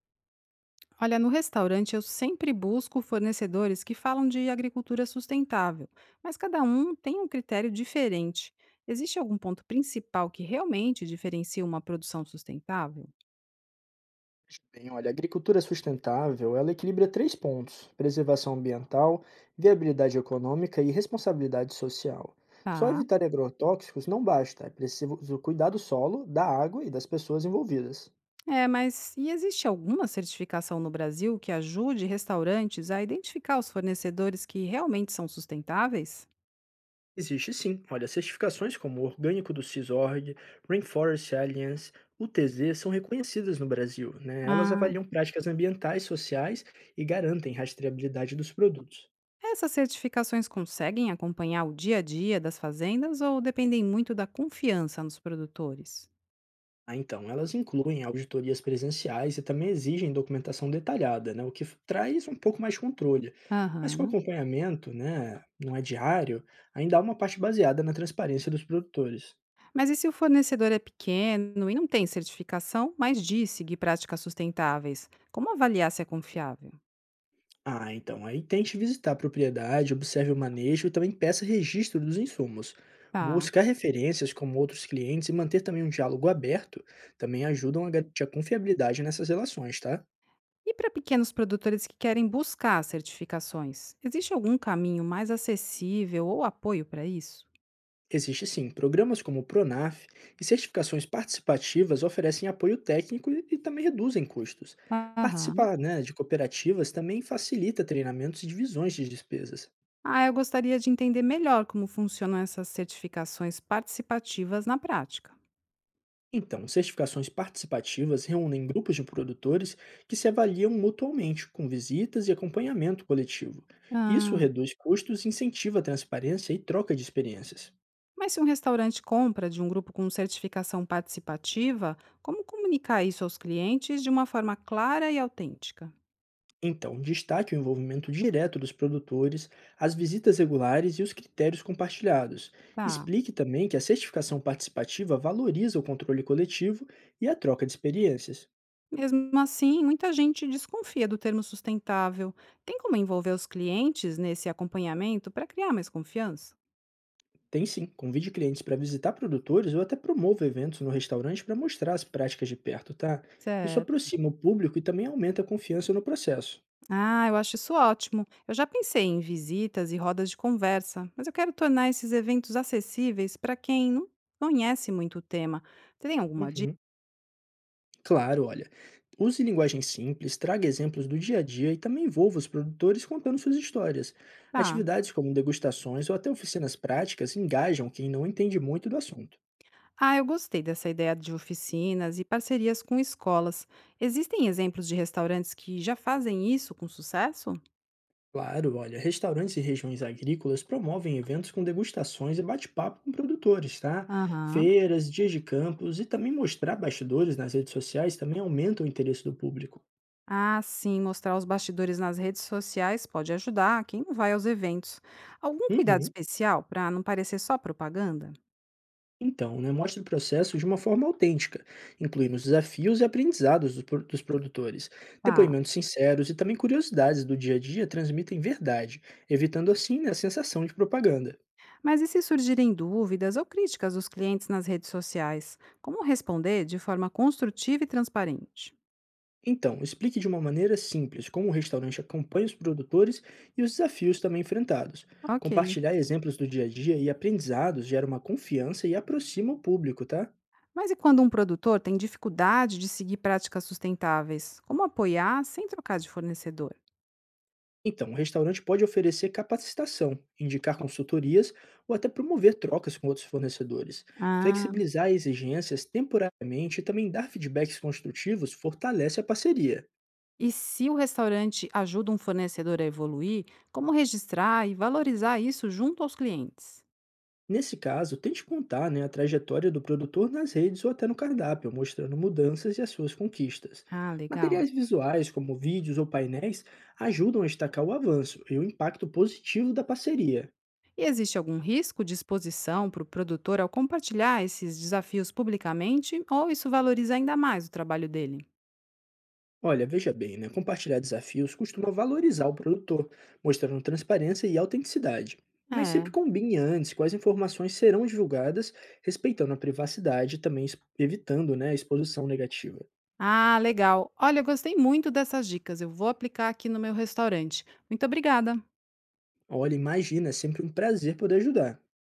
Olha, no restaurante eu sempre busco fornecedores que falam de agricultura sustentável, mas cada um tem um critério diferente. Existe algum ponto principal que realmente diferencia uma produção sustentável? Bem, olha, a agricultura sustentável, ela equilibra três pontos: preservação ambiental, viabilidade econômica e responsabilidade social. Só Tá. evitar agrotóxicos não basta, é preciso cuidar do solo, da água e das pessoas envolvidas. É, mas e existe alguma certificação no Brasil que ajude restaurantes a identificar os fornecedores que realmente são sustentáveis? Existe sim. Olha, certificações como o Orgânico do CISORG, Rainforest Alliance, UTZ são reconhecidas no Brasil, né? Elas Ah, avaliam práticas ambientais, sociais e garantem rastreabilidade dos produtos. essas certificações conseguem acompanhar o dia a dia das fazendas ou dependem muito da confiança nos produtores? Ah, então, elas incluem auditorias presenciais e também exigem documentação detalhada, né, traz um pouco mais de controle. Mas com Aham. acompanhamento, né, não é diário, ainda há uma parte baseada na transparência dos produtores. Mas e se o fornecedor é pequeno e não tem certificação, mas diz seguir práticas sustentáveis? Como avaliar se é confiável? Ah, então, aí tente visitar a propriedade, observe o manejo e também peça registro dos insumos. Tá. Buscar referências como outros clientes e manter também um diálogo aberto também ajudam a garantir a confiabilidade nessas relações, tá? E para pequenos produtores que querem buscar certificações, existe algum caminho mais acessível ou apoio para isso? Existe sim, programas como o Pronaf e certificações participativas oferecem apoio técnico e também reduzem custos. Aham. Participar, né, de cooperativas também facilita treinamentos e divisões de despesas. Ah, eu gostaria de entender melhor como funcionam essas certificações participativas na prática. Então, certificações participativas reúnem grupos de produtores que se avaliam mutuamente, com visitas e acompanhamento coletivo. Isso Ah. reduz custos, incentiva a transparência e troca de experiências. Mas se um restaurante compra de um grupo com certificação participativa, como comunicar isso aos clientes de uma forma clara e autêntica? Então, destaque o envolvimento direto dos produtores, as visitas regulares e os critérios compartilhados. Tá. Explique também que a certificação participativa valoriza o controle coletivo e a troca de experiências. Mesmo assim, muita gente desconfia do termo sustentável. Tem como envolver os clientes nesse acompanhamento para criar mais confiança? Tem sim, convide clientes para visitar produtores ou até promova eventos no restaurante para mostrar as práticas de perto, tá? Isso Certo. aproxima o público e também aumenta a confiança no processo. Ah, eu acho isso ótimo. Eu já pensei em visitas e rodas de conversa, mas eu quero tornar esses eventos acessíveis para quem não conhece muito o tema. Você tem alguma dica? Uhum. Claro, olha. Use linguagem simples, traga exemplos do dia a dia e também envolva os produtores contando suas histórias. Ah. Atividades como degustações ou até oficinas práticas engajam quem não entende muito do assunto. Ah, eu gostei dessa ideia de oficinas e parcerias com escolas. Existem exemplos de restaurantes que já fazem isso com sucesso? Claro, olha, restaurantes e regiões agrícolas promovem eventos com degustações e bate-papo com produtores, tá? Aham. Feiras, dias de campos e também mostrar bastidores nas redes sociais também aumenta o interesse do público. Ah, sim, mostrar os bastidores nas redes sociais pode ajudar quem não vai aos eventos. Algum cuidado Uhum. especial para não parecer só propaganda? Então, né, mostra o processo de uma forma autêntica, incluindo os desafios e aprendizados dos produtores. Tá. Depoimentos sinceros e também curiosidades do dia a dia transmitem verdade, evitando assim, né, a sensação de propaganda. Mas e se surgirem dúvidas ou críticas dos clientes nas redes sociais? Como responder de forma construtiva e transparente? Então, explique de uma maneira simples como o restaurante acompanha os produtores e os desafios também enfrentados. Ok. Compartilhar exemplos do dia a dia e aprendizados gera uma confiança e aproxima o público, tá? Mas e quando um produtor tem dificuldade de seguir práticas sustentáveis? Como apoiar sem trocar de fornecedor? Então, o restaurante pode oferecer capacitação, indicar consultorias ou até promover trocas com outros fornecedores. Ah, Flexibilizar exigências temporariamente e também dar feedbacks construtivos fortalece a parceria. e se o restaurante ajuda um fornecedor a evoluir, como registrar e valorizar isso junto aos clientes? Nesse caso, tente contar, né, a trajetória do produtor nas redes ou até no cardápio, mostrando mudanças e as suas conquistas. Ah, legal. Materiais visuais, como vídeos ou painéis, ajudam a destacar o avanço e o impacto positivo da parceria. E existe algum risco de exposição para o produtor ao compartilhar esses desafios publicamente ou isso valoriza ainda mais o trabalho dele? Olha, veja bem, né? Compartilhar desafios costuma valorizar o produtor, mostrando transparência e autenticidade. Mas É. sempre combine antes quais informações serão divulgadas, respeitando a privacidade e também evitando, né, a exposição negativa. Ah, legal. Olha, eu gostei muito dessas dicas. Eu vou aplicar aqui no meu restaurante. Muito obrigada. Olha, imagina, é sempre um prazer poder ajudar.